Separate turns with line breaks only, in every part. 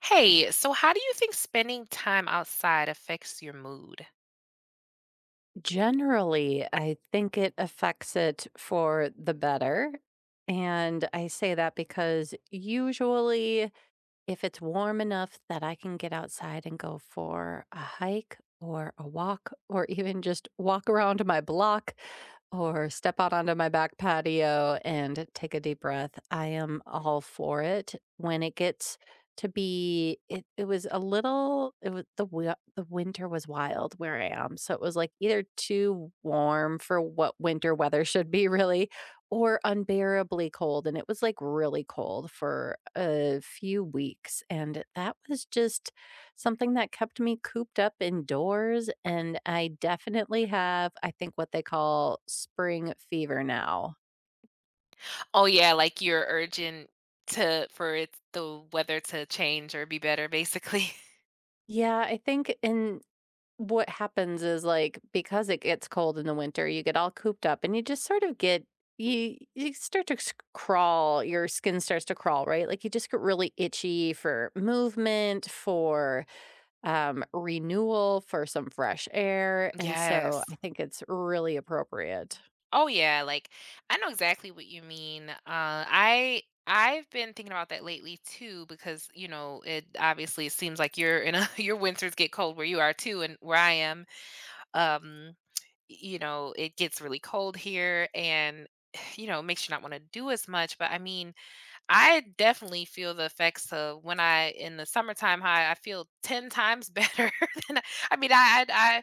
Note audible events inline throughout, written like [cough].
Hey, so how do you think spending time outside affects your mood?
Generally, I think it affects it for the better. And I say that because usually if it's warm enough that I can get outside and go for a hike or a walk [laughs] or even just walk around my block or step out onto my back patio and take a deep breath, I am all for it. When it gets to be, it was a little, it was the winter was wild where I am. So it was like either too warm for what winter weather should be really or unbearably cold, and it was, like, really cold for a few weeks, and that was just something that kept me cooped up indoors, and I definitely have, I think, what they call spring fever now.
Oh yeah, like you're urging to for it the weather to change or be better, basically. [laughs]
Yeah, I think and what happens is, like, because it gets cold in the winter, you get all cooped up, and you just sort of get. Your skin starts to crawl, right? Like, you just get really itchy for movement, for renewal for some fresh air, and so
Yes.
I think it's really appropriate.
Oh yeah, like I know exactly what you mean. I've been thinking about that lately too because, you know, it obviously it seems like you're in a [laughs] your winters get cold where you are too and where I am. Um, you know, it gets really cold here and [sighs] you know, it makes you not want to do as much, but I mean I definitely feel the effects of when I in the summertime high, I feel 10 times better [laughs] than I mean, I, I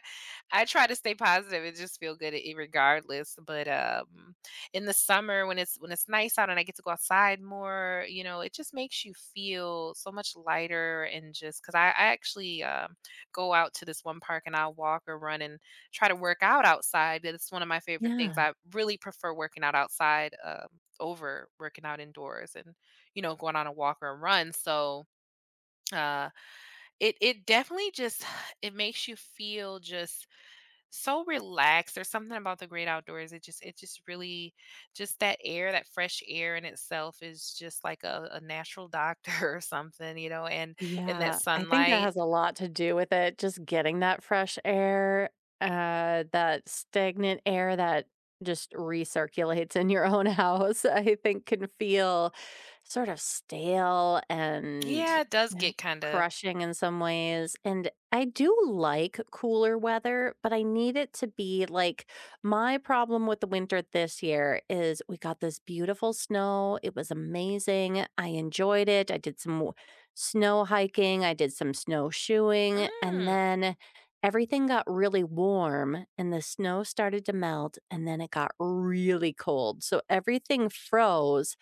I try to stay positive and just feel good regardless. But in the summer when it's nice out and I get to go outside more, you know, it just makes you feel so much lighter and just because I actually go out to this one park and I'll walk or run and try to work out outside. That's one of my favorite things.
Yeah.
I really prefer working out outside over working out indoors. And you know, going on a walk or a run. So uh it definitely just [sighs] it makes you feel just so relaxed. There's something about the great outdoors. It just really just that air, that fresh air in itself is just like a natural doctor [laughs] or something, you know, and that
Yeah, I think that
sunlight.
has a lot to do with it, just getting that fresh air, that stagnant air that just recirculates in your own house, [laughs] I think can feel sort of stale and
Yeah, it does
uh,
get kind of
crushing in some ways. And I do like cooler weather, but I need it to be like, my problem with the winter this year is we got this beautiful snow. It was amazing. I enjoyed it. I did some snow hiking, I did some snowshoeing, and
mm,
then everything got really warm and the snow started to melt and then it got really cold. So everything froze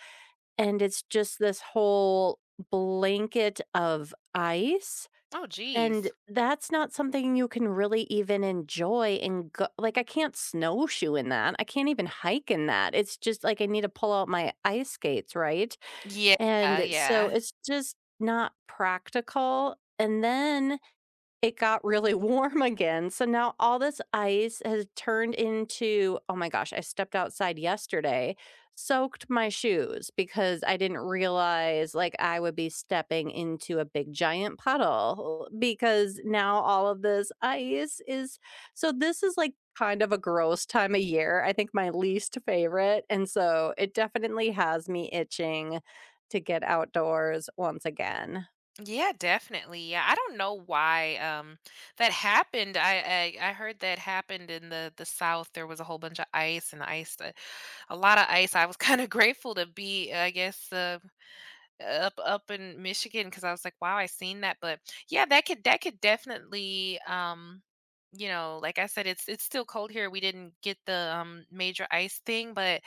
and it's just this whole blanket of ice,
oh
and
geez.
that's not something you can really even enjoy and go like, I can't snowshoe in that. I can't even hike in that. It's just like I need to pull out my ice skates, right?
Yeah,
And so
yeah.
it's just not practical. And then it got really [laughs] warm again. So now all this ice has turned into, oh my gosh, I stepped outside yesterday, soaked my shoes because I didn't realize like I would be stepping into a big giant puddle because now all of this ice is, so this is like kind of a gross time of year. I think my least favorite. And so it definitely has me itching to get outdoors once again.
Yeah, definitely. Yeah, I don't know why that happened. I heard that happened in the south. There was a whole bunch of ice and ice, a lot of ice. I was kind of [laughs] grateful to be, I guess, up in Michigan because I was like, wow, I seen that. But yeah, that could definitely, you know, like I said, it's still cold here. We didn't get the major ice thing, but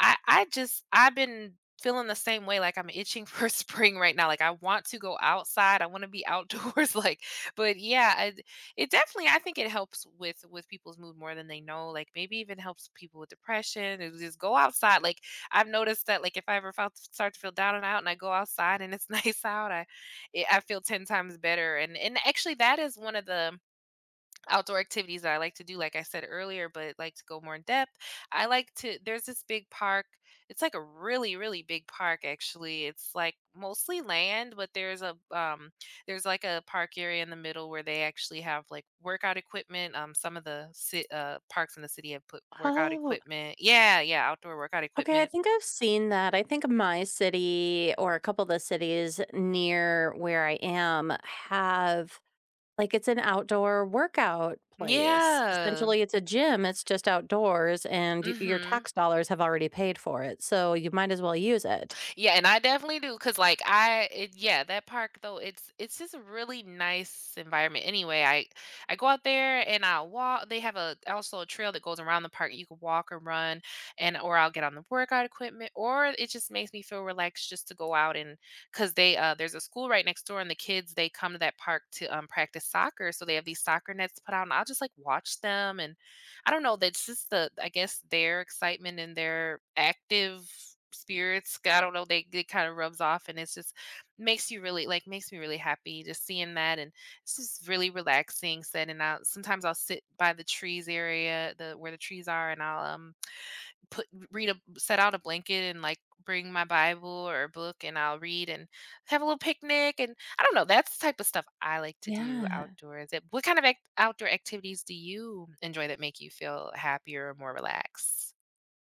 I've been feeling the same way, like, I'm itching for [laughs] spring right now, like, I want to go outside, I wanna be outdoors, [laughs] like but, yeah, I it definitely I think it helps with people's mood more than they know, like, maybe even helps people with depression, and just go outside, like, I've noticed that, like, if I ever felt start to feel down and out and I go outside and it's [laughs] nice out, I feel 10 times better, and actually, that is one of the outdoor activities that I like to do, like I said earlier, but like to go more in depth. I like to, there's this big park. It's like a really, really big park, actually. It's like mostly land, but there's there's like a park area in the middle where they actually have like workout equipment. Some of the parks in the city have put workout
Oh,
equipment. Yeah. Yeah. Outdoor workout
okay, I
equipment.
think I've seen that. I think my city or a couple of the cities near where I am have, like, it's an outdoor workout place.
Yeah.
Essentially, it's a gym, it's just outdoors, and y-
Mm
your
hmm.
tax dollars have already paid for it. So you might as well use it.
Yeah, and I definitely do because, like, yeah, that park though it's just a really nice environment. Anyway, I go out there and I walk. They have a also a trail that goes around the park. You can walk or run, and or I'll get on the workout equipment, or it just makes me feel relaxed just to go out and because they there's a school right next door, and the kids they come to that park to practice soccer, so they have these soccer nets put out, and I'll just like watch them and I don't know. That's just the I guess their excitement and their active spirits. I don't know. They it kind of rubs off, and it's just makes you really like makes me really happy just seeing that, and it's just really relaxing. Setting out. Sometimes I'll sit by the trees area, the where the trees are, and I'll put read a set out a blanket and like bring my Bible or a book and I'll read and have a little picnic and I don't know. That's the type of stuff I like to do
Yeah.
outdoors. What kind of outdoor activities do you enjoy that make you feel happier or more relaxed?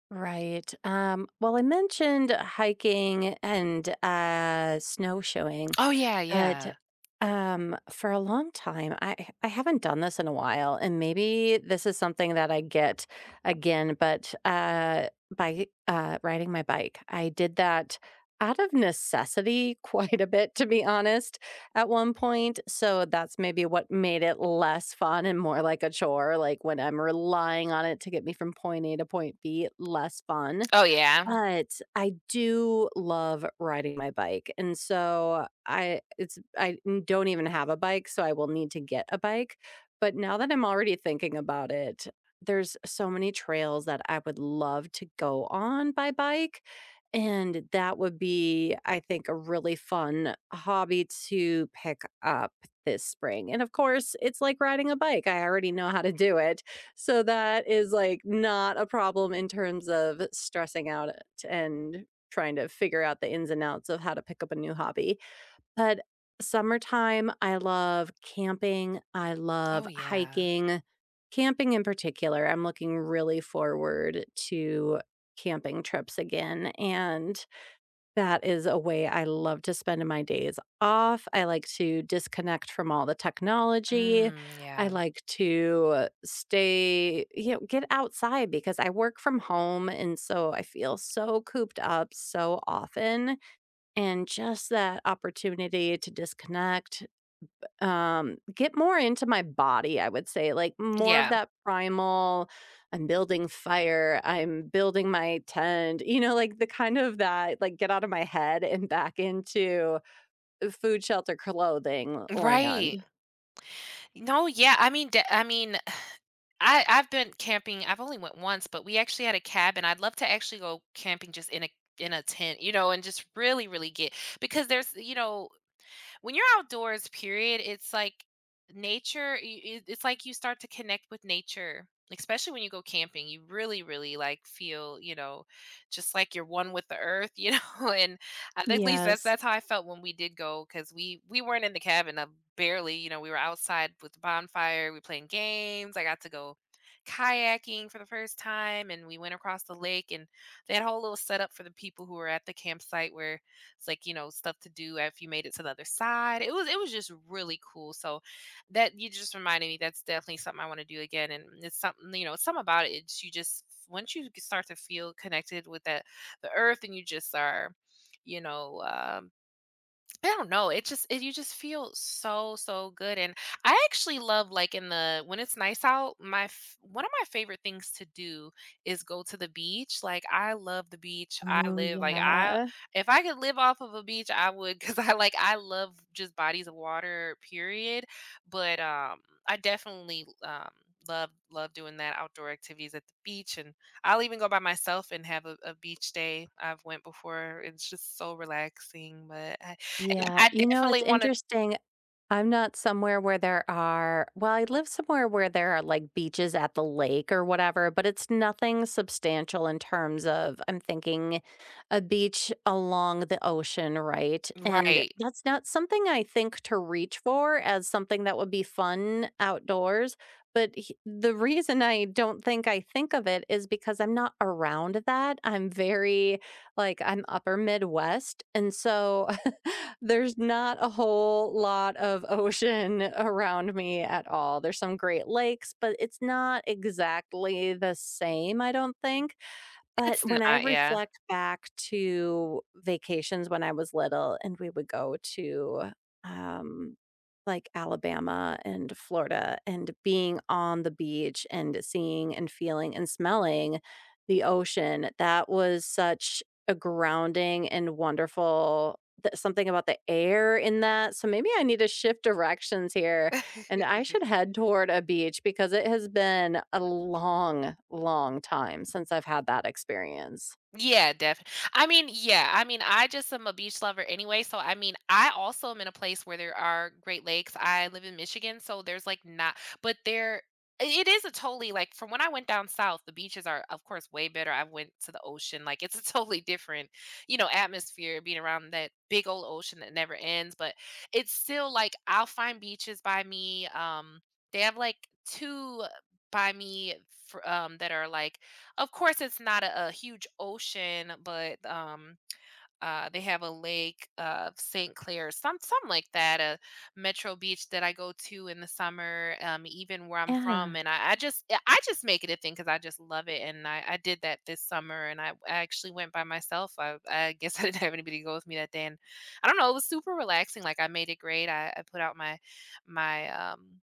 Right. Well, I mentioned hiking and snowshoeing.
Oh yeah,
But,
yeah.
for a long time, I haven't done this in a while, and maybe this is something that I get again, but, by, riding my bike, I did that out of necessity [laughs] quite a bit, to be honest, at one point, so that's maybe what made it less fun and more like a chore, like, when I'm relying on it to get me from point A to point B, less fun.
Oh yeah.
But I do love riding my bike, and so I don't even have a bike, so I will need to get a bike, but now that I'm already thinking about it, there's so many trails that I would love to go on by bike, and that would be, I think, a really fun hobby to pick up this spring. And of course, it's like riding a bike, I already know how to do it, so that is like not a problem in terms of stressing out and trying to figure out the ins and outs of how to pick up a new hobby. But summertime, I love camping, I love
Oh yeah.
hiking. Camping in particular, I'm looking really forward to camping trips again, and that is a way I love to spend my days off. I like to disconnect from all the technology.
Mm,
I
yeah.
like to stay, you know, get outside because I work from home. And so I feel so cooped up so often. And just that opportunity to disconnect, get more into my body, I would say, like, more of
Yeah.
that primal, "I'm building fire, I'm building my tent," you know, like, the kind of that, like, get out of my head and back into food, shelter, clothing land.
Right. No, yeah. I mean, I I've been camping. I've only went once, but we actually had a cabin. I'd love to actually go camping just in a tent, you know, and just really, really get because there's, you know, when you're outdoors, period, it's like nature. It's like you start to connect with nature, especially when you go camping. You really, really like feel, you know, just like you're one with the earth, you know. [laughs] And I think at least that's
Yes.
that's how I felt when we did go because we weren't in the cabin, barely. You know, we were outside with the bonfire. We playing games. I got to go kayaking for the first time and we went across the lake and they had a whole little setup for the people who were at the campsite where it's like, you know, stuff to do if you made it to the other side. It was just really cool. So that you just reminded me that's definitely something I want to do again. And it's something, you know, it's something about it. It's you just once you start to feel connected with that the earth and you just are you know, I don't know. It just it, you just feel so so good, and I actually love like in the when it's nice out. One of my favorite things to do is go to the beach. Like I love the beach. I
Oh,
live like I
yeah.
If I could live off of a beach, I would because I like I love just bodies of water. Period. But I definitely love love doing that outdoor activities at the beach, and I'll even go by myself and have a beach day. I've went before. It's just so relaxing, but.
Yeah,
I
you know, it's
definitely wanna
interesting. I'm not somewhere where there are, well, I live somewhere where there are, like, beaches at the lake or whatever, but it's nothing substantial in terms of, I'm thinking a beach along the ocean, right? And
Right.
that's not something I think to reach for as something that would be fun outdoors, but h the reason I don't think, I think of it, is because I'm not around that. I'm very, like, I'm upper Midwest, and so [laughs] there's not a whole lot of ocean [laughs] around me at all. There's some Great Lakes, but it's not exactly the same, I don't think. But
It's
when I
not, yeah.
reflect back to vacations when I was little and we would go to, um, like, Alabama and Florida, and being on the beach and seeing and feeling and smelling the ocean, that was such a grounding and wonderful th something about the air in that, so maybe I need to shift directions here and
[laughs]
I should head toward a beach, because it has been a long, long time since I've had that experience.
Yeah, definitely. I mean, yeah, I mean, I just am a beach lover anyway, so I mean, I also am in a place where there are Great Lakes. I live in Michigan, so there's like not but there it is a totally like from when I went down south, the beaches are of course way better. I went to the ocean. Like it's a [laughs] totally different, you know, atmosphere being around that big old ocean that never ends, but it's still like I'll find beaches by me. They have like two by me for, that are like of course, it's not a huge ocean, but they have a lake of St. Clair, some like that, a Metro Beach that I go to in the summer, even where I'm from,
Yeah.
and I just I just make it a thing because I just love it, and I did that this summer, and I actually went by myself. I guess [laughs] I didn't have anybody to go with me that day, and I don't know, it was super relaxing. Like I made it great. I put out my my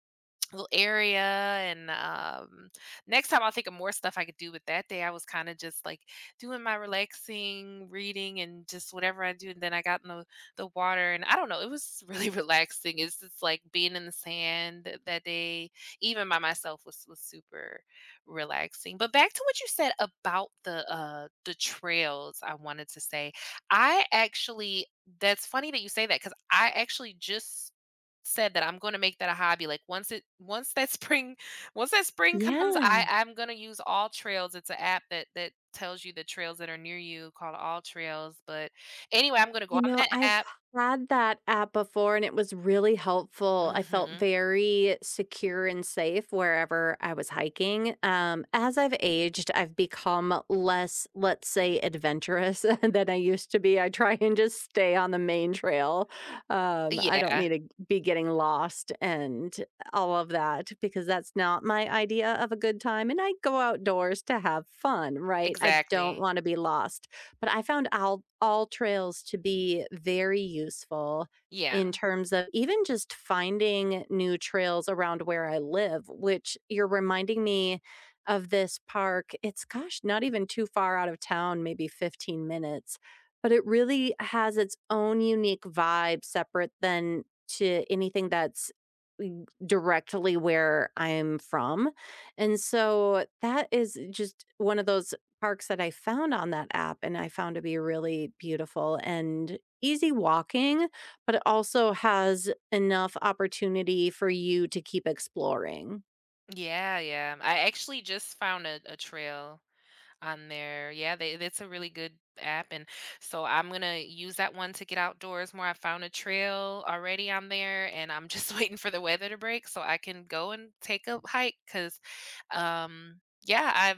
little area and next time I'll think of more stuff I could do with that day. I was kind of just like doing my relaxing reading and just whatever I do and then I got in the water and I don't know, it was really [laughs] relaxing. It's just like being in the sand that day, even by myself was super relaxing. But back to what you said about the trails, I wanted to say. I actually that's funny that you say that because I actually just said that I'm gonna make that a hobby. Like once that spring [laughs] once that spring comes, I
Yeah.
I'm gonna use All Trails. It's an app that that tells you the trails that are near you called All Trails. But anyway, I'm gonna go
You
on
know,
that
I've
app.
had that app before and it was really helpful. I felt
Mhm.
very secure and safe wherever I was hiking. As I've aged, I've become less, let's say, adventurous [laughs] than I used to be. I try and just stay on the main trail. I don't
Yeah,
need to be getting lost and all of that because that's not my idea of a good time. And I go outdoors to have fun, right? I don't
exactly.
want to be lost. But I found All Trails to be very useful in
Yeah.
terms of even just finding new trails around where I live, which you're reminding me of this park. It's, gosh, not even too far out of town, maybe 15 minutes, but it really has its own unique vibe, separate than to anything that's, directly where I'm from. And so that is just one of those parks that I found on that app and I found to be really beautiful and easy walking, but it also has enough opportunity for you to keep exploring.
Yeah, yeah. I actually just found a trail on there. Yeah, they, that's a really good app. And so I'm going to use that one to get outdoors more. I found a trail already on there and I'm just [laughs] waiting for the weather to break so I can go and take a hike because, yeah,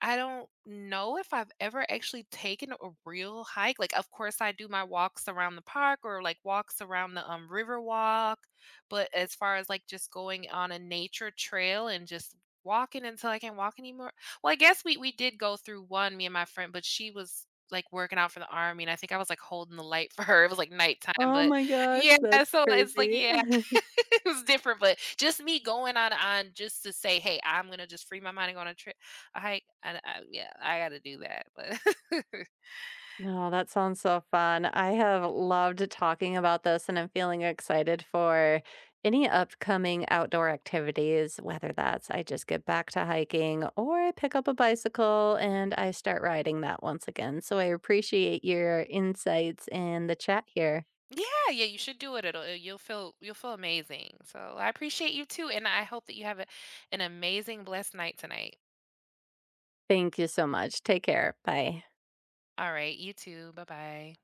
I don't know if I've ever actually taken a real hike. Like, of course, I do my walks around the park or like walks around the river walk. But as far as like just going on a nature trail and just walking until I can't walk anymore. Well, I guess we did go through one, me and my friend, but she was like working out for the army. And I think I was like holding the light for her. [laughs] It was like nighttime.
Oh
But
my gosh,
yeah,
that's
so it's like,
crazy.
yeah,
[laughs]
[laughs] it was different. But just me going on just to say, hey, I'm going to just free my mind and go on a hike, and I yeah, I gotta do that, but [laughs]
No, that sounds so fun. I have loved talking about this and I'm feeling excited for any upcoming outdoor activities, whether that's I just get back to hiking or I pick up a bicycle and I start riding that once again. So I appreciate your insights and the chat here.
yeah, yeah, you should do it. It'll you'll feel amazing. So I appreciate you too, and I hope that you have a, an amazing, blessed night tonight.
Thank you so much. Take care. Bye.
All right, you too. Bye bye.